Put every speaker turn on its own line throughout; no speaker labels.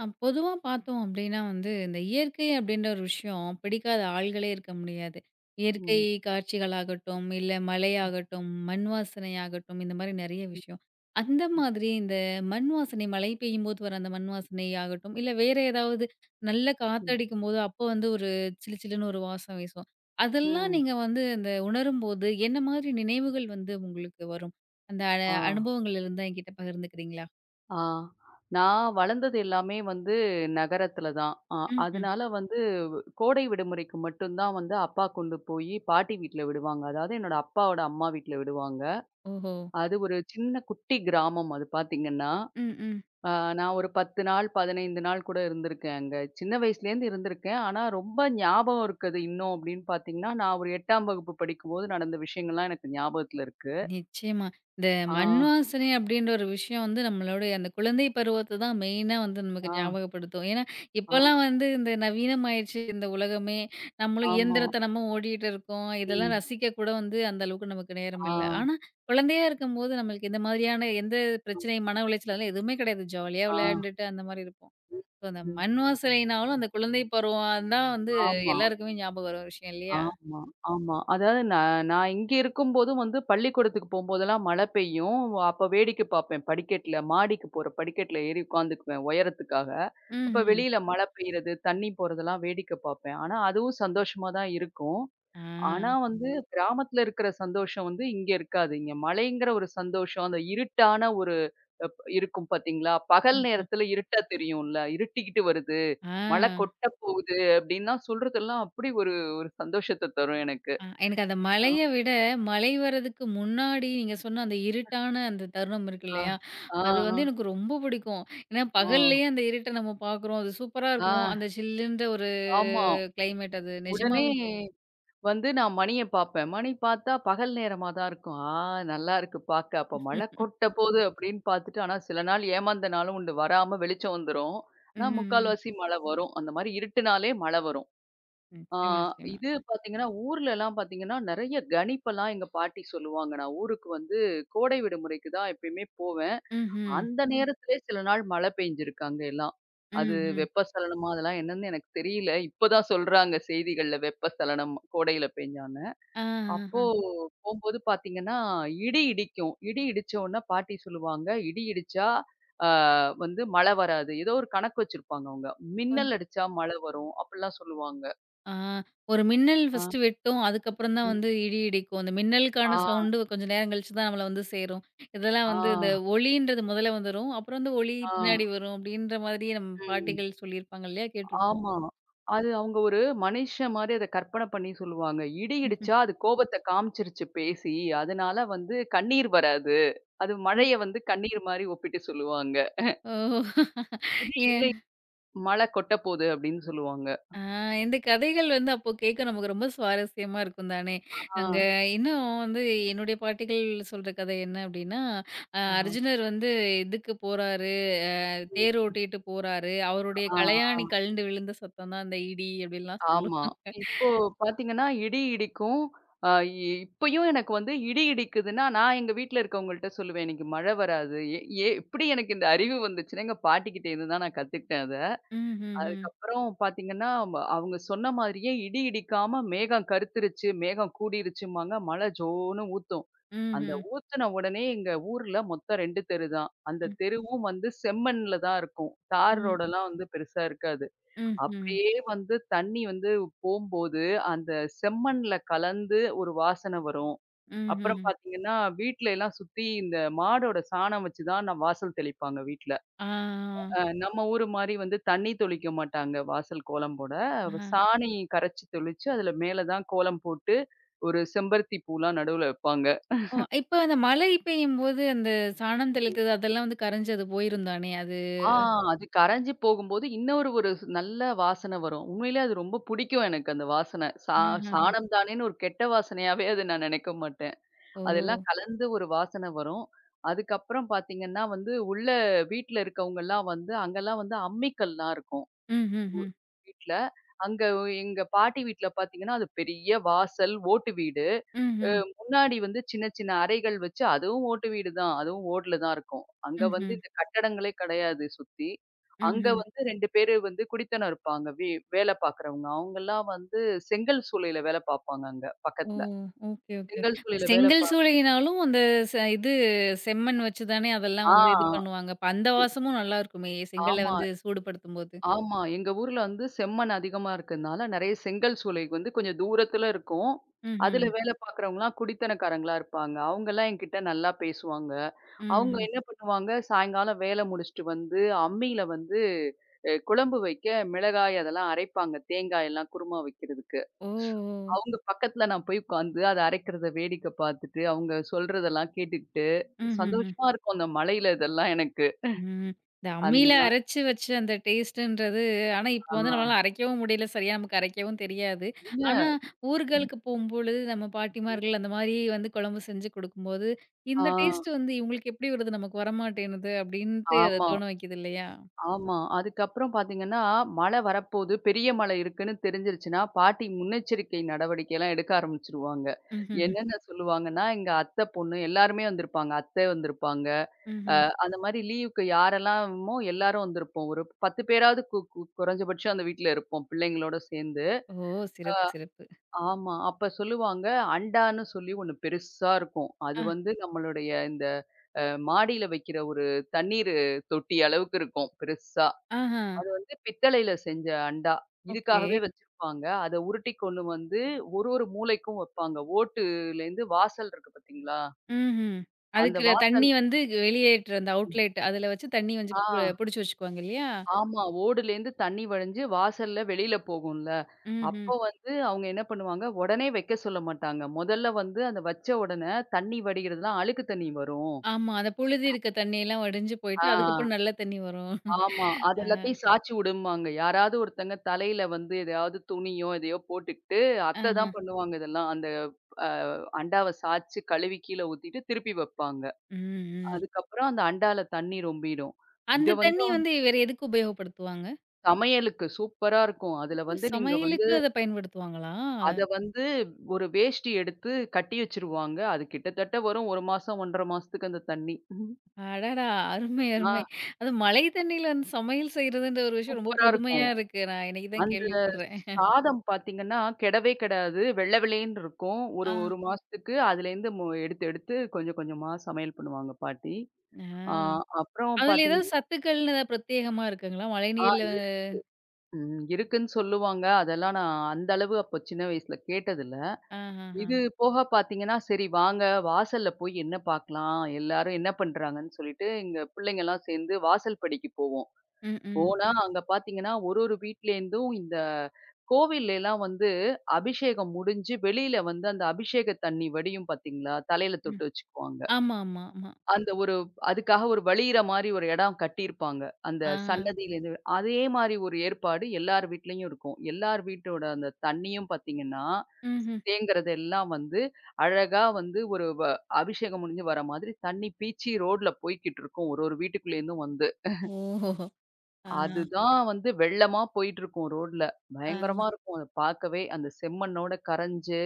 பொதுவா பார்த்தோம் அப்டின்னா வந்து, இந்த இயற்கை அப்டின்ற ஒரு விஷயம் பிடிக்காத ஆள்களே இருக்க முடியாது. இயற்கை
ம்.
காட்சிகளாகட்டும், இல்ல மழையாகட்டும், மண் வாசனையாகட்டும் இந்த மாரி நெறைய விஷயம். அந்த
ம்.
மாதிரி இந்த மண் வாசனை மழை பெய்யும்போது வர அந்த மண் வாசனை ஆகட்டும், இல்ல வேற ஏதாவது நல்ல
ம்.
காத்தடிக்கும்போது அப்போ வந்து ஒரு சிலு சிலுன்னு ஒரு வாசம் வீசும். அதெல்லாம்
ம்.
நீங்க வந்து அந்த உணரும்போது என்ன மாதிரி நினைவுகள் வந்து உங்களுக்கு வரும்? அந்த
ஆ,
அனுபவங்கள் இருந்தா என்கிட்ட பகிர்ந்துக்கிறீங்களா?
ஆ. நான் வளர்ந்தது எல்லாமே வந்து நகரத்தில தான்.
ம்ஹ்ம்.
அதனால வந்து கோடை விடுமுறைக்கு மட்டும் தான் வந்து அப்பா கொண்டு போயி பாட்டி வீட்ல விடுவாங்க. அதாவது என்னோட அப்பாவோட அம்மா வீட்ல விடுவாங்க.
ஓஹோ!
அது ஒரு சின்ன குட்டி கிராமம் அது பார்த்தீங்கன்னா.
ம், ம்.
அ நான் ஒரு 10 நாள், 15 நாள் கூட இருந்திருக்கேன் அங்க. சின்ன வயசுலேருந்து இருந்திருக்கேன். ஆனா ரொம்ப ஞாபகம் இருக்குது இன்னும் அப்படின்னு பார்த்தீங்கன்னா, நான் ஒரு 8ஆம் வகுப்பு படிக்கும்போது நடந்த விஷயங்கள்லாம் எனக்கு ஞாபகத்துல இருக்கு.
நிச்சயமா. இந்த
ஆ,
மண் வாசனை அப்படின்ற ஒரு விஷயம் வந்து நம்மளுடைய அந்த குழந்தை பருவத்த தான் மெயினா வந்து நமக்கு
ஆ,
ஞாபகப்படுத்தும். ஏன்னா,
ஆ.
இப்பலாம் வந்து இந்த நவீனமாயிருச்சு இந்த உலகமே. நம்மளும்
ஆமா.
இயந்திரத்தனமா ஓடிட்டு இருக்கோம். இதெல்லாம்
ம்.
ரசிக்க கூட வந்து அந்த அளவுக்கு நமக்கு நேரம்
ஆ.
இல்ல. ஆனா, குழந்தையா இருக்கும்போது நம்மளுக்கு இந்த மாதிரியான எந்த பிரச்சனையும், மன உளைச்சல் அதெல்லாம் எதுவுமே கிடையாது. ஜாலியா
ஆ.
விளையாண்டுட்டு அந்த மாரி இருப்போம்.
ம்.
ஸோ அந்த
ம்.
மண் வாசனைனாலும் அந்த குழந்தை பருவம் தான் வந்து
ஆமா,
எல்லாருக்குமே ஞாபகம் வர விஷயம் இல்லையா?
ஆமா, ஆமா. அதாவது நான் நான் இங்க இருக்கும்போது வந்து பள்ளிக்கூடத்துக்கு போம்போதெல்லாம் மழை பெய்யும். அப்ப வேடிக்கை பார்ப்பேன் படிக்கட்ல. மாடிக்கு போற படிக்கட்ல ஏறி உட்காந்துக்குவேன் உயரத்துக்காக. அப்ப
ம்ஹ்ம்.
வெளியில மழை பெய்யறது, தண்ணி போறதெல்லாம் வேடிக்கை பார்ப்பேன். ஆனா அதுவும் சந்தோஷமா தான் இருக்கும்.
ஆ.
ஆனா வந்து கிராமத்துல இருக்கிற சந்தோஷம் வந்து இங்க இருக்காது. இங்க மழைங்கிற ஒரு சந்தோஷம், அந்த இருட்டான ஒரு இருக்கும் பார்த்தீங்களா? பகல்
ம்.
நேரத்துல இருட்டா தெரியும்ல. இருட்டிக்கிட்டு வருது. மழை
ஆ.
கொட்ட போகுது அப்படின்னா சொல்றதெல்லாம் அப்படி ஒரு ஒரு சந்தோஷத்த தரும் எனக்கு.
எனக்கு அந்த
ஆ.
மழைய விட, மழை வரதுக்கு முன்னாடி நீங்க சொன்ன அந்த இருட்டான அந்த தருணம் இருக்கு
ஆ.
இல்லையா?
ஆ.
அது வந்து எனக்கு ரொம்ப பிடிக்கும். ஏன்னா பகல்லேயே
ஆ.
அந்த இருட்ட நம்ம பார்க்குறோம். அது சூப்பரா
ஆ.
இருக்கும். அந்த சில்லுன்ற ஒரு
ஆமா.
கிளைமேட் அது
உடனே
நிஜமாவே.
வந்து நான் மணிய பார்ப்பேன். மணி பார்த்தா பகல் நேரமா தான் இருக்கும். ஆ நல்லா இருக்கு பார்க்க. அப்ப மழை
ம்.
கொட்ட போது அப்படின்னு பார்த்துட்டு, ஆனா சில நாள் ஏமாந்த நாளும் உண்டு. வராம வெளிச்சம் வந்துரும். ஆனா
ம்.
முக்கால்வாசி மழை வரும். அந்த மாரி இருட்டுனாலே மழை வரும்.
ம்.
ஆ,
நிச்சயமா, நிச்சயமா.
இது பார்த்தீங்கன்னா, ஊர்லலாம் பார்த்தீங்கன்னா, நெறைய கணிப்பெல்லாம் எங்க பாட்டி சொல்லுவாங்க. நான் ஊருக்கு வந்து கோடை விடுமுறைக்கு தான் எப்பயுமே போவேன்.
ம்ஹ்ம்.
அந்த நேரத்திலே சில நாள் மழை பெய்ஞ்சிருக்கு அங்க எல்லாம். அது
ம்ஹ்ம்.
வெப்பச்சலனமா அதெல்லாம் என்னன்னு எனக்கு தெரியல. இப்ப தான் சொல்றாங்க செய்திகள்ல வெப்பச்சலனம் கோடையில பெஞ்சான்னு.
ஆ,
அப்போ
ஆஹ.
போம்போது பார்த்தீங்கன்னா, இடி இடிக்கும். இடி இடிச்ச உடனே பாட்டி சொல்லுவாங்க, "இடி இடிச்சா ஆ வந்து மழை வராது." ஏதோ ஒரு கணக்கு வச்சிருப்பாங்க அவங்க.
ஓ!
"மின்னல் அடிச்சா மழை வரும்." அப்படிலாம் சொல்லுவாங்க.
ஆ, ஒரு மின்னல்
ஆ.
ஃபர்ஸ்ட்டு வெட்டும். அதுக்கப்புறம் தான்
ம்.
வந்து இடி இடிக்கும். அந்த
ஆ.
மின்னலுக்கான சவுண்டு கொஞ்சம் நேரம் கழிச்சு தான் நம்மள வந்து சேரும். இதெல்லாம்
ஆ,
வந்து இந்த ஒளின்றது முதல்ல வந்துரும். அப்புறம் வந்து ஒளி
ஆ,
பின்னாடி வரும். அப்டின்ற மாதிரி நம்
ம்.
பாட்டிகள் சொல்லியிருப்பாங்க இல்லையா? கேட்டுருப்போம்.
ஆமா. அது அவங்க ஒரு மனுஷன் மாரி அத கற்பனை பண்ணி சொல்லுவாங்க. இடி இடிச்சா அது கோபத்த காமிச்சிருச்சு பேசி. அதனால வந்து கண்ணீர் வராது. அது
ஓ!
மழைய வந்து கண்ணீர் மாரி ஒப்பிட்டு சொல்லுவாங்க.
ஓ!
இடி இல்லை, மழை கொட்டப்போது அப்படின்னு சொல்லுவாங்க.
இந்த கதைகள் வந்து அப்போ கேட்க நமக்கு ரொம்ப சுவாரஸ்யமா இருக்கும் தானே!
ஆ,
அங்க இன்னும் வந்து என்னுடைய பாட்டிகள் சொல்ற கதை என்ன அப்டின்னா,
ஆஹா.
அர்ஜுனர் வந்து இதுக்கு போறாரு, அ
ம்.
தேர் ஓட்டிட்டு போறாரு. அவருடைய
ஆ, ஆ.
கலையாணி கழண்டு விழுந்த சத்தம் தான் அந்த இடி அப்டின்லாம் சொல்லுவாங்க.
ஆமா. இப்போ பாத்தீங்கன்னா, இடி இடிக்கும். அ இப்பயும் எனக்கு வந்து இடி இடிக்குதுன்னா, நான் எங்க வீட்ல இருக்கவங்கள்ட்ட சொல்லுவேன். "எனக்கு மழை வராது." எ எ எப்படி எனக்கு இந்த அறிவு வந்துச்சுன்னா, எங்க பாட்டிக்கிட்ட இருந்து தான் நான் கத்துக்கிட்டேன் அத.
ம்ஹ்ஹ்ம்.
அதுக்கப்புறம் பாத்தீங்கன்னா, அவங்க சொன்ன மாதிரியே இடி இடிக்காம மேகம் கருத்துருச்சு, மேகம் கூடிருச்சும்பாங்க, மழை ஜோன்னு ஊத்தும். அந்த
ம்ஹ்ம்.
ஊத்துன உடனே எங்க ஊர்ல மொத்தம் 2 தெரு தான். அந்த
ம்.
தெருவும் வந்து செம்மண்ல தான் இருக்கும். தார்
ம்.
ரோடெல்லாம் வந்து பெருசா இருக்காது.
ம்ஹ்ம்.
அப்படியே வந்து தண்ணி வந்து போம்போது, அந்த செம்மண்ல கலந்து ஒரு வாசனை வரும்.
ம்ஹ்ம்.
அப்புறம் பார்த்தீங்கன்னா, வீட்ல எல்லாம் சுத்தி இந்த மாடோட சாணம் வச்சு தான் நான் வாசல் தெளிப்பாங்க வீட்ல.
ஆ.
நம்ம ஊரு மாரி வந்து தண்ணி தெளிக்க மாட்டாங்க வாசல் கோலம் போட.
ஆ.
சாணி கரைச்சு தெளிச்சு, அதுல மேல தான் கோலம் போட்டு, ஒரு செம்பருத்தி பூலாம் நடுவுல வைப்பாங்க.
ஓ! இப்ப அந்த மழை பெய்யும்போது அந்த சாணம் தெளித்தது அதெல்லாம் வந்து கரைஞ்சு அது போயிரும் தானே அது?
ஆ அது கரைஞ்சு போகும்போது இன்னொரு ஒரு நல்ல வாசனை வரும். உண்மையிலே அது ரொம்ப புடிக்கும் எனக்கு அந்த வாசனை.
ம்ஹ்ஹ்ம்.
சாணம் தானேன்னு ஒரு கெட்ட வாசனையாவே அத நான் நினைக்க மாட்டேன்.
ஓ!
அதெல்லாம் கலந்து ஒரு வாசனை வரும். அதுக்கப்புறம் பார்த்தீங்கன்னா வந்து, உள்ள வீட்ல இருக்கவங்கலாம் வந்து அங்கலாம் வந்து அம்மிக்கல்லாம் இருக்கும்
ம்ஹ்ஹ்ம்.
வீட்ல. அங்க எங்க பாட்டி வீட்ல பார்த்தீங்கன்னா, அது பெரிய வாசல், ஓட்டு வீடு. அ
ம்ஹ்ம்.
முன்னாடி வந்து சின்ன சின்ன அறைகள் வச்சு அதுவும் ஓட்டு வீடு தான். அதுவும் ஓடுல தான் இருக்கும். அங்க வந்து
ம்ஹ்ம்.
இந்த கட்டடங்களே கிடையாது சுத்தி. அங்க
ம்ஹ்ம்.
வந்து 2 பேரு வந்து குடித்தனம் இருப்பாங்க. வேலை பார்க்குறவங்க. அவங்கலாம் வந்து செங்கல் சூளையில வேலை பார்ப்பாங்க அங்க
ஓ!
பக்கத்துல.
Okay, okay.
செங்கல் சூளையில வேலை
செங்கல் சூளையினாலும் அந்த ச இது செம்மண் வச்சு தானே அதெல்லாம் வந்து இது
ஆ.
பண்ணுவாங்க. அப்ப அந்த வாசமும் நல்லா இருக்குமே! செங்கல்ல
ஆமா,
வந்து சூடுபடுத்தும்போது.
ஆமா. எங்க ஊர்ல வந்து செம்மண் அதிகமா இருக்கனால, நெறைய செங்கல் சூளை வந்து கொஞ்சம் தூரத்துல இருக்கும். அதுல
ம்ஹ்ம்.
வேலை பார்க்குறவங்கலாம் குடித்தனக்காரங்களா இருப்பாங்க. அவங்கலாம் என்கிட்ட நல்லா பேசுவாங்க. அவங்க
ம்ஹ்ம்.
என்ன பண்ணுவாங்க, சாயங்காலம் வேலை முடிச்சுட்டு வந்து அம்மியில வந்து குழம்பு வைக்க மிளகாய் அதெல்லாம் அரைப்பாங்க. தேங்காய் எல்லாம் குருமா வைக்கிறதுக்கு.
ஓ!
அவங்க பக்கத்துல நான் போய் உட்காந்து அத அரைக்கிறத வேடிக்கை பார்த்துட்டு, அவங்க சொல்றதெல்லாம் கேட்டுக்கிட்டு,
ஓ! ம்ஹ்ஹ்ம்.
சந்தோஷமா இருக்கும் அந்த மழையில இதெல்லாம் எனக்கு.
ம். இந்த அம்மியில
அந்த நாள்
அரைச்சு வச்ச அந்த டேஸ்ட்டுன்றது ஆனா, இப்போ
ஆ
வந்து நம்மளால அரைக்கவும் முடியல. சரியா நமக்கு அரைக்கவும் தெரியாது.
இல்ல.
ஆனா, ஊர்களுக்கு போம்பொழுது நம்ம பாட்டிமார்கள் அந்த மாரி வந்து குழம்பு செஞ்சு குடுக்கும்போது,
ஆ,
இந்த டேஸ்ட்டு வந்து இவங்களுக்கு எப்படி வருது? நமக்கு வரமாட்டேன்னுது அப்படின்ட்டு அத
ஆமா,
தோண வைக்குது இல்லையா?
ஆமா. அதுக்கப்புறம் பார்த்தீங்கன்னா, மழை வரப்போது, பெரிய மழை இருக்குன்னு தெரிஞ்சிருச்சுன்னா, பாட்டி முன்னெச்சரிக்கை நடவடிக்கைலாம் எடுக்க ஆரம்பிச்சுருவாங்க.
ம்ஹ்ஹ்ம்.
என்னென்ன சொல்லுவாங்கன்னா, எங்க அத்தை பொண்ணு எல்லாருமே வந்திருப்பாங்க. அத்தை வந்திருப்பாங்க.
ம்ஹ்ம்.
அந்த மாரி லீவுக்கு யாரெல்லாமோ எல்லாரும் வந்திருப்போம். ஒரு 10 பேராவது கு கு குறைஞ்சபட்சம் அந்த வீட்ல இருப்போம், பிள்ளைங்களோட சேர்ந்து.
ஓ! சிறப்பு, சிறப்பு.
ஆமா. அப்ப சொல்லுவாங்க, அண்டான்னு சொல்லி ஒண்ணு பெருசா இருக்கும். அது
ஆ.
வந்து நம்மளுடைய இந்த மாடியில வைக்கிற ஒரு தண்ணீரு தொட்டி அளவுக்கு இருக்கும், பெருசா.
ஆஹா.
வந்து பித்தளையில செஞ்ச அண்டா.
ஓகே.
இதுக்காகவே வச்சிருப்பாங்க. அத உருட்டி கொண்டு வந்து ஒரு ஒரு மூலைக்கும் வப்பாங்க. ஓட்டுலேருந்து வாசல் இருக்கு பார்த்தீங்களா?
ம்ஹ்ம்.
அந்த
அதுக்கு தண்ணி
வாசல்
வந்து வெளியேற்ற அந்த அவுட்லெட் அதுல வச்சு தண்ணி வந்து
ஆ
புடிச்சு வச்சுக்குவாங்க இல்லையா?
ஆமா. ஓடுலேருந்து தண்ணி வழிஞ்சு வாசல்ல வெளியில போகும்ல.
ம்ஹ்ம்.
அப்போ வந்து அவங்க என்ன பண்ணுவாங்க, உடனே வைக்க சொல்ல மாட்டாங்க. முதல்ல வந்து அந்த வச்ச உடனே தண்ணி வடிகிறதுலாம் அழுக்கு தண்ணி வரும்.
ஆமா. அந்த புழுதி இருக்க தண்ணியெல்லாம் வடிஞ்சு
ஆ
போயிட்டு, அதுக்கப்புறம் நல்ல தண்ணி வரும்.
ஆமா. அது
அ
எல்லாத்தையும் சாய்ச்சி விடும்பாங்க. யாராவது ஒருத்தங்க தலையில வந்து எதையாவது துணியோ, எதையோ போட்டுக்கிட்டு அத்தை
ஆஹ.
தான் பண்ணுவாங்க இதெல்லாம். அந்த அ அண்டாவ சாய்ச்சு கழுவி கீழ ஊத்திட்டு திருப்பி வைப்பாங்க.
ம், ம்.
அதுக்கப்புறம் அந்த அண்டால தண்ணி ரொம்பிடும். இத
அந்த
வந்து
தண்ணி
அவங்க
வந்து வேற எதுக்கு உபயோகப்படுத்துவாங்க?
சமையலுக்கு சூப்பரா இருக்கும். அதுல
ஓ!
வந்து நீங்க வந்து
சமையலுக்கு அத பயன்படுத்துவாங்களா?
அத வந்து ஒரு வேஷ்டி எடுத்து கட்டி வச்சுருவாங்க. அது கிட்டத்தட்ட வரும் 1 மாசம் 1 1/2 மாசத்துக்கு அந்த தண்ணி.
அடடா! அருமை,
ஆ
அருமை. அதுவும் மழை தண்ணீல வந்து சமையல் செய்றதுன்ற ஒரு விஷயம் ரொம்ப
சூப்பரா
புதுமையா
இருக்கும்.
இருக்கு. நான் இன்னைக்கு தான்
அந்த
கேள்விப்படுறேன்.
சாதம் பார்த்தீங்கன்னா, கெடவே கெடாது. வெள்ள வெளேன்னு இருக்கும்.
ஆ.
ஒரு 1 மாசத்துக்கு அதுலேருந்து எடுத்து எடுத்து கொஞ்சம் கொஞ்சமா சமையல் பண்ணுவாங்க பாட்டி.
ஆ.
ஆ அப்புறம்
அதுல ஏதாவது
பார்த்தீங்கன்னா
சத்துக்கள்னு ஏதாவது பிரத்யேகமா இருக்குங்களா?
ஆ
மழைநீர்ல
ம். இருக்குன்னு சொல்லுவாங்க. அதெல்லாம் நான் அந்த அளவு அப்போ சின்ன வயசுல கேட்டதில்ல.
ஆஹஹ.
இது போக பார்த்தீங்கன்னா, சரி வாங்க வாசல்ல போய் என்ன பார்க்கலாம்? எல்லாரும் என்ன பண்றாங்கன்னு சொல்லிட்டு, எங்க பிள்ளைங்கலாம் சேர்ந்து வாசல் படிக்கு போவோம்.
ம், ம்,
போனா அங்க பார்த்தீங்கன்னா, ஒரு ஒரு வீட்லேருந்தும் இந்த கோவில்லேலாம் வந்து அபிஷேகம் முடிஞ்சு வெளியில வந்து அந்த அபிஷேக தண்ணி வடியும் பார்த்தீங்களா? தலையில
ம்.
தொட்டு வச்சுக்குவாங்க.
ஆமா, ஆமா, ஆமா.
அந்த ஒரு அதுக்காக ஒரு வழியிற மாரி ஒரு இடம் கட்டியிருப்பாங்க. அந்த
ஆ.
சன்னதியிலேருந்து அதே மாரி ஒரு ஏற்பாடு எல்லார் வீட்லயும் இருக்கும். எல்லார் வீட்டோட அந்த தண்ணியும் பார்த்தீங்கன்னா,
ம்ஹ்ம்.
தேங்குறது எல்லாம் வந்து அழகா வந்து ஒரு அபிஷேகம் முடிஞ்சு வர மாதிரி தண்ணி பீச்சி ரோட்ல போய்க்கிட்டு இருக்கும். ஒரு ஒரு வீட்டுக்குள்ளேருந்தும் வந்து.
ஓஹோ! ஆ,
அதுதான் வந்து வெள்ளமா போயிட்டுருக்கும் ரோட்ல.
ஆ,
பயங்கரமா இருக்கும் அத பார்க்கவே. அந்த செம்மண்ணோட கரைஞ்சு,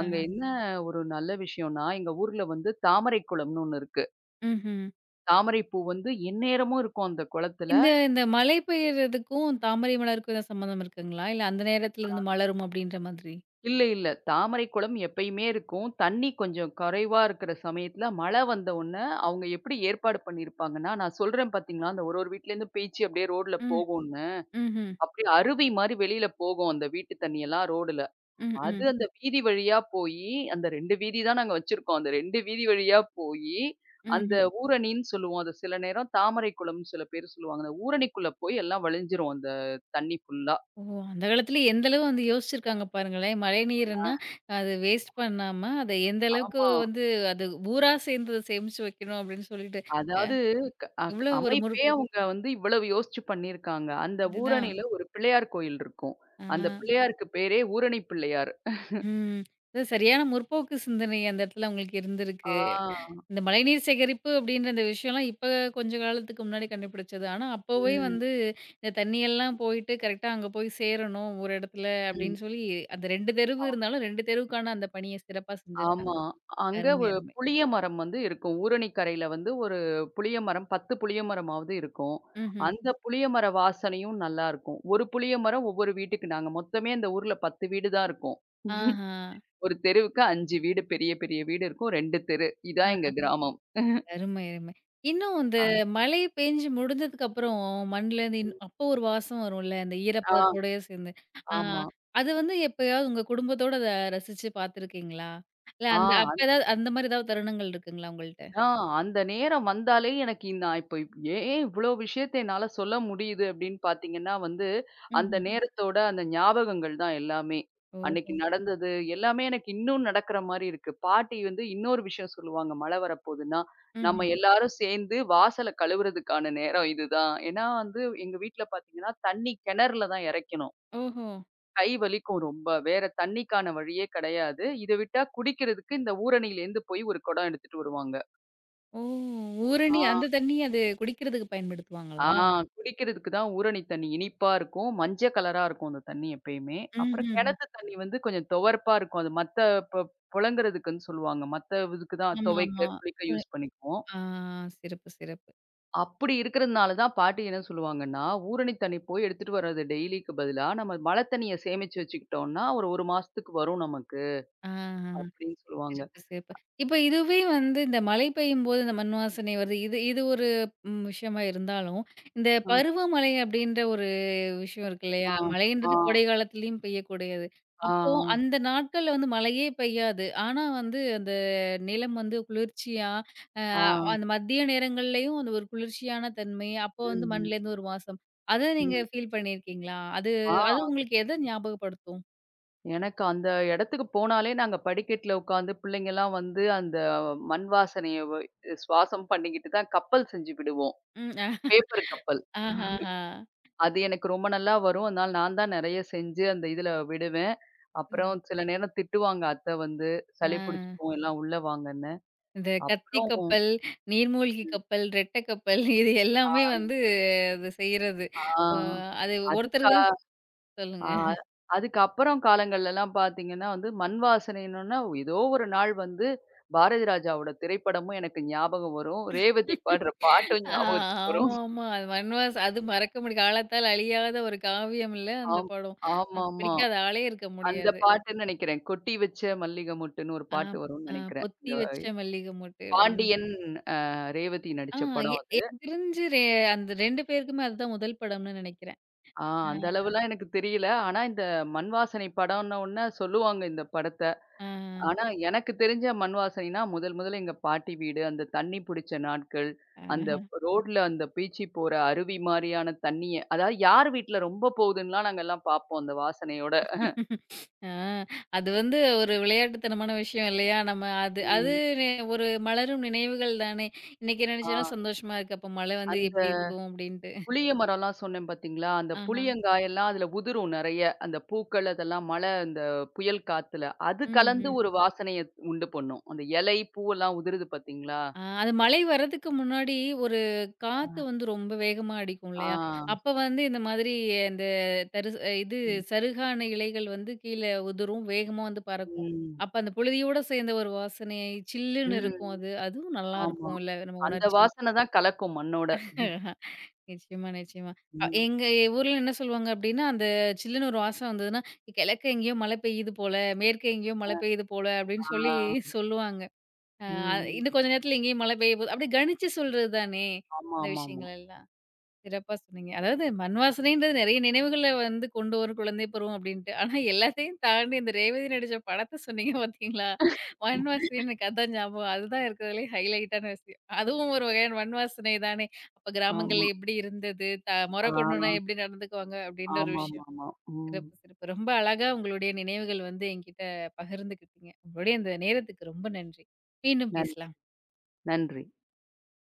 அங்க என்ன ஒரு நல்ல விஷயம்னா, எங்க ஊர்ல வந்து தாமரை குளம்னு ஒண்ணு இருக்கு.
ம்ஹ்ம்.
தாமரை பூ வந்து எந்நேரமும் இருக்கும் அந்த குளத்துல.
இந்த இந்த மழை பெய்யறதுக்கும் தாமரை மலருக்கும் எதாவது சம்மந்தம் இருக்குங்களா? இல்ல அந்த நேரத்துல இருந்து மலரும் அப்படின்ற மாதிரி?
இல்ல, இல்ல. தாமரை குளம் எப்பயுமே இருக்கும். தண்ணி கொஞ்சம் குறைவா இருக்கிற சமயத்துல மழை வந்த உடனே அவங்க எப்படி ஏற்பாடு பண்ணியிருப்பாங்கன்னா, நான் சொல்றேன் பார்த்தீங்களா, அந்த ஒரு ஒரு வீட்லேருந்தும் பீய்ச்சி அப்படியே ரோட்ல
ம்.
போகும்ன்னு.
ம்ஹ்ம்.
அப்படியே அருவி மாரி வெளியில போகும் அந்த வீட்டு தண்ணியெல்லாம் ரோடுல.
ம்,
அது
ம்.
அந்த வீதி வழியா போயி, அந்த 2 வீதி தான் நாங்க வச்சிருக்கோம். அந்த 2 வீதி வழியா போயி, அந்த
ம்ஹ்ம்.
ஊரணின்னு சொல்லுவோம். அது சில நேரம் தாமரை குளம்னு சில பேர் சொல்லுவாங்க. அந்த ஊரணிக்குள்ள போய் எல்லாம் வழிஞ்சிரும் அந்த தண்ணி ஃபுல்லா.
ஓ! அந்த காலத்திலே எந்த அளவு வந்து யோசிச்சிருக்காங்க பாருங்களேன். மழைநீருன்னா அது வேஸ்ட் பண்ணாம, அத எந்த அளவுக்கு
ஆமா.
வந்து அது ஊரா சேர்ந்து அத சேமிச்சு வைக்கணும் அப்படின்னு சொல்லிட்டு, அ
அதாவது க அக்
எவ்வளோ ஒரு
அமைப்பே அவங்க வந்து இவ்வளவு யோசிச்சு பண்ணியிருக்காங்க. அந்த
இதுதான்.
ஊரணியில ஒரு பிள்ளையார் கோயில் இருக்கும். அந்த
ஆ.
பிள்ளையாருக்கு பேரே ஊரணி பிள்ளையார்.
ம். இது சரியான முற்போக்கு சிந்தனை அந்த இடத்துல உங்களுக்கு இருந்திருக்கு.
ஆ.
இந்த மழைநீர் சேகரிப்பு அப்படின்ற இந்த விஷயம்லாம் இப்ப கொஞ்ச காலத்துக்கு முன்னாடி கண்டுபிடிச்சது. ஆனா, அப்பவே
ம்.
வந்து இந்த தண்ணியெல்லாம் போயிட்டு கரெக்ட்டா அங்க போய் சேரணும் ஒரு இடத்துல
ம்.
அப்படின்னு சொல்லி, அந்த 2 தெருவு
ஆ
இருந்தாலும் 2 தெருவுக்கான அந்த பணிய சிறப்பா செஞ்சிருக்காங்க.
ஆமா. அங்க
அருமை,
ஒரு
அருமை.
புளிய மரம் வந்து இருக்கும். ஊரணி கரையில வந்து ஒரு புளிய மரம் 10 புளிய மரமாவது இருக்கும்.
ம்ஹ்ம்.
அந்த புளிய மர வாசனையும் நல்லாருக்கும். ஒரு புளிய மரம் ஒவ்வொரு வீட்டுக்கு நாங்க மொத்தமே அந்த ஊர்ல 10 வீடு தான் இருக்கும்.
ஆஹா.
ஒரு தெருவுக்கு 5 வீடு பெரிய பெரிய வீடு இருக்கும். 2 தெரு. இதான் எங்க கிராமம்.
அருமை, அருமை. இன்னும் இந்த
அ.
மழை பெஞ்சு முடிஞ்சதுக்கு அப்புறம் மண்லேருந்து அப்போ ஒரு வாசம் வரும்ல, அந்த
ஆ.
ஈரப்பதத்தோடயே சேர்ந்து. ஆ
ஆமா.
அது வந்து எப்பயாவது உங்க குடும்பத்தோட அத ரசிச்சு பார்த்துருக்கீங்களா? இல்ல
ஆ
அந்த
அந்
அப்ப ஏதாவது அந்த மாரி ஏதாவது தருணங்கள் இருக்குங்களா உங்கள்ட்ட?
ஆ அந்த நேரம் வந்தாலே எனக்கு நான் இப்ப ஏன் இவ்ளோ விஷயத்த என்னால சொல்ல முடியுது அப்படின்னு பார்த்தீங்கன்னா வந்து, அந்த
ம்ஹ்ம்.
நேரத்தோட அந்த ஞாபகங்கள் தான் எல்லாமே. அன்னைக்கு
ஓஹோ!
நடந்தது எல்லாமே எனக்கு இன்னும் நடக்கிற மாரி இருக்கு. பாட்டி வந்து இன்னொரு விஷயம் சொல்லுவாங்க, மழை வரப்போகுதுன்னா, நம்ம
ம்ஹ்ம்.
எல்லாரும் சேர்ந்து வாசல கழுவுறதுக்கான நேரம் இதுதான். ஏன்னா வந்து எங்க வீட்ல பார்த்தீங்கன்னா, தண்ணி கிணறுல தான் இறைக்கணும்.
ஓஹோ!
கை வலிக்கும் ரொம்ப. வேற தண்ணீக்கான வழியே கிடையாது. இத விட்டா குடிக்கிறதுக்கு இந்த ஊரணியிலேருந்து போய் ஒரு குடம் எடுத்துட்டு வருவாங்க.
ஓ!
ஆ,
ஊரணி அந்த தண்ணி அது குடிக்கிறதுக்கு
ஆ
பயன்படுத்துவாங்களா?
குடிக்கிறதுக்கு தான் ஊரணி தண்ணி இனிப்பா இருக்கும். மஞ்ச கலரா இருக்கும் அந்த தண்ணி எப்பயுமே. அப்புறம்
ம்ஹ்ஹ்ம்.
கிணத்து தண்ணி வந்து கொஞ்சம் துவர்ப்பா இருக்கும். அது மத்த பொ புழங்குறதுக்குன்னு சொல்லுவாங்க. மத்த இதுக்கு தான் துவைக்க,
ஆமாமா.
குளிக்க
அ
யூஸ் பண்ணிக்குவோம்.
ஆ சிறப்பு, சிறப்பு.
அப்படி இருக்கிறதுனால தான் பாட்டி என்ன சொல்லுவாங்கன்னா, ஊரணி தண்ணி போய் எடுத்துட்டு வர்றது டெய்லிக்கு பதிலா, நம்ம மழை தண்ணிய சேமிச்சு வச்சுக்கிட்டோம்னா, ஒரு 1 மாசத்துக்கு வரும் நமக்கு
ஆஹ.
அப்படின்னு சொல்லுவாங்க.
சிறப்பு, சிறப்பு. இப்ப இதுவே வந்து இந்த மழை பெய்யும்போது இந்த மண் வாசனை வருது. இது இது ஒரு ம் விஷயமா இருந்தாலும், இந்த
ஆ.
பருவமழை அப்படின்ற ஒரு விஷயம் இருக்கு இல்லையா?
ஆ, ஆ,
மழைன்றது கோடை காலத்துலயும் பெய்யக்கூடியது.
ஆ,
அப்போ
ஆ,
அந்த நாட்கள்ல வந்து மழையே பெய்யாது. ஆனா வந்து அந்த நிலம் வந்து குளிர்ச்சியா, அ
ஆ.
அந்த மதிய நேரங்கள்லயும் அந்த ஒரு குளிர்ச்சியான தன்மை, அப்போ வந்து
ம்,
மண்லேருந்து ஒரு வாசம். அத நீங்க
ம்.
ஃபீல் பண்ணியிருக்கீங்களா? அது
ஆ,
அது உங்களுக்கு எத ஞாபகப்படுத்தும்?
எனக்கு அந்த இடத்துக்கு போனாலே நாங்க படிக்கட்ல உட்காந்து பிள்ளைங்கலாம் வந்து அந்த மண் வாசனைய சுவாசம் பண்ணிக்கிட்டு தான் கப்பல் செஞ்சு விடுவோம்.
ம். அ
பேப்பர் கப்பல்.
ஆஹஹா.
அது எனக்கு ரொம்ப நல்லா வரும். அதனால நான் தான் நெறைய செஞ்சு அந்த இதுல விடுவேன்.
ம்.
அப்புறம் சில நேரம் திட்டுவாங்க அத்த வந்து,
ஆ.
சளி பிடிச்சுக்கும் எல்லாம் உள்ள வாங்கன்னு.
இந்த கத்தி
அப்புறம்
கப்பல், நீர்மூழ்கி
ம்.
கப்பல், ரெட்டை கப்பல் இது
ஆ,
எல்லாமே வந்து அது செய்றது.
ஆ.
அ அது ஒருத்தர்
அதுக்கா
தான்
ஆ
சொல்லுங்க.
அதுக்கப்புறம் காலங்கள்லலாம் பார்த்தீங்கன்னா வந்து மண் வாசனைன்னொன்ன ஏதோ ஒரு நாள் வந்து பாரதி ராஜாவோட திரைப்படமும் எனக்கு ஞாபகம் வரும். ரேவதி பாடுற பாட்டும்
ஆ
ஞாபகத்துக்கு வரும்.
ஆமாமா. அது வன்வாஸ் அது மறக்க முடியாது. காலத்தால் அழியாத ஒரு காவியம் இல்ல அந்த
ஆம்.
படம். அது
ஆமாமா.
பிடிக்காத ஆளே இருக்க
அந்த
முடியாது.
பாட்டுன்னு நெனைக்கிறேன். கொட்டி வச்ச மல்லிகை மொட்டுன்னு ஒரு
ஆ
பாட்டு வரும்னு
அ
நெனைக்கிறேன்.
பொத்தி
இந்த
வச்ச மல்லிகை மொட்டு அப்படின்னு.
பாண்டியன் அ ரேவதி
ஆ
நடிச்ச படம் அது.
எனக்கு தெரிஞ்சு அந்த 2 பேருக்குமே அதுதான் முதல் படம்னு நெனைக்கிறேன்.
ஆ அந்த அளவுலாம் எனக்கு தெரியல. ஆனா இந்த மண் வாசனை படம்ன்ன உடனே சொல்லுவாங்க இந்த படத்த.
அ ஆ.
ஆனா, எனக்கு தெரிஞ்ச மண் வாசனைனா, முதல் முதல்ல எங்க பாட்டி வீடு, அந்த தண்ணி புடிச்ச நாட்கள், அந்த
ஆ.
ரோட்ல அந்த பீய்ச்சி போற அருவி மாரியான தண்ணிய, அதாவது யார் வீட்ல ரொம்ப போகுதுன்னுலாம் நாங்கலாம் பார்ப்போம் அந்த வாசனையோட.
ஆ, அது வந்து ஒரு விளையாட்டுத்தனமான விஷயம் இல்லையா? நம்ம அது அது
ம்.
நெ ஒரு மலரும் நினைவுகள் தானே! இன்னைக்கு
ஆ
நினைச்சோன்னா சந்தோஷமா இருக்கு. அப்ப மழை வந்து
அந்த
எப்படி இருக்கும் அப்டின்ட்டு.
புளிய மரம்லாம் சொன்னேன் பார்த்தீங்களா? அந்த
ஆஹா.
புளியங்காயெல்லாம் அதில உதிரும் நெறைய. அந்த பூக்கள் அதெல்லாம் மழை அந்த புயல் காத்துல. அது
ம்ஹ்ம்.
கலந்து ஒரு வாசனைய உண்டு பண்ணும். அந்த இலை, பூவெல்லாம் உதிருது பார்த்தீங்களா?
ஆ அது மழை வர்றதுக்கு முன்னாடி ஒரு காத்து வந்து ரொம்ப வேகமா அடிக்கும்
ஆ.
இல்லையா? அப்ப வந்து இந்த மாதிரி இந்த தருசு இது
ம்.
சருகான இலைகள் வந்து கீழ உதிரும். வேகமா வந்து பறக்கும்.
ம்.
அப்ப அந்த புழுதியோட சேர்ந்த ஒரு வாசனை சில்லுன்னு
ம்.
இருக்கும் அது. அதுவும்
ஆமா.
நல்லாருக்கும்ல நம்ம
அந்த
உணர்ச்சி.
வாசனை தான் கலக்கும் மண்ணோட.
நிச்சயமா, நிச்சயமா.
ம்.
எங்க ஊர்ல என்ன சொல்லுவாங்க அப்டின்னா, அந்த சில்லுன்னு ஒரு வாசம் வந்ததுன்னா, கிழக்க எங்கேயோ மழை பெய்யுது போல, மேற்கே எங்கேயோ மழை
அ,
பெய்யுது போல அப்டின்னு சொல்லி
ஆ.
சொல்லுவாங்க.
ம்.
அ
ம்.
இன்னும் கொஞ்ச நேரத்துல இங்கேயும் மழை பெய்ய போது. அப்டி கணிச்சு சொல்றது தானே,
ஆமா,
இந்த
ஆமா, ஆமா.
விஷயங்கள் எல்லாம். சிறப்பா சொன்னீங்க. அதாவது மண் வாசனைன்றது நெறைய நினைவுகள வந்து கொண்டு வரும் குழந்தை பருவம் அப்டின்ட்டு. ஆனா எல்லாத்தையும் தாண்டி இந்த ரேவதி நடிச்ச படத்த சொன்னீங்க பார்த்தீங்களா? மண் வாசனை எனக்கு அதான் ஞாபகம். அதுதான் இருக்கிறதுலயே ஹைலைட்டான விஷயம். அதுவும் ஒரு வகையான மண் வாசனை தானே. அப்ப
ஆமா.
கிராமங்கள்ல எப்டி இருந்தது? த மொற
ஆ.
பொண்ணுனா எப்டி நடந்துக்குவாங்க? அப்டின்ற ஒரு விஷயம்.
ஆமாமாமா. ம்.
சிறப்பு, சிறப்பு. ரொம்ப அழகா உங்களுடைய நினைவுகள் வந்து என்கிட்ட பகிர்ந்துக்கிட்டீங்க. உங்களுடைய இந்த நேரத்துக்கு ரொம்ப நன்றி. மீண்டும்
நன்
பேசலாம்.
நன்றி.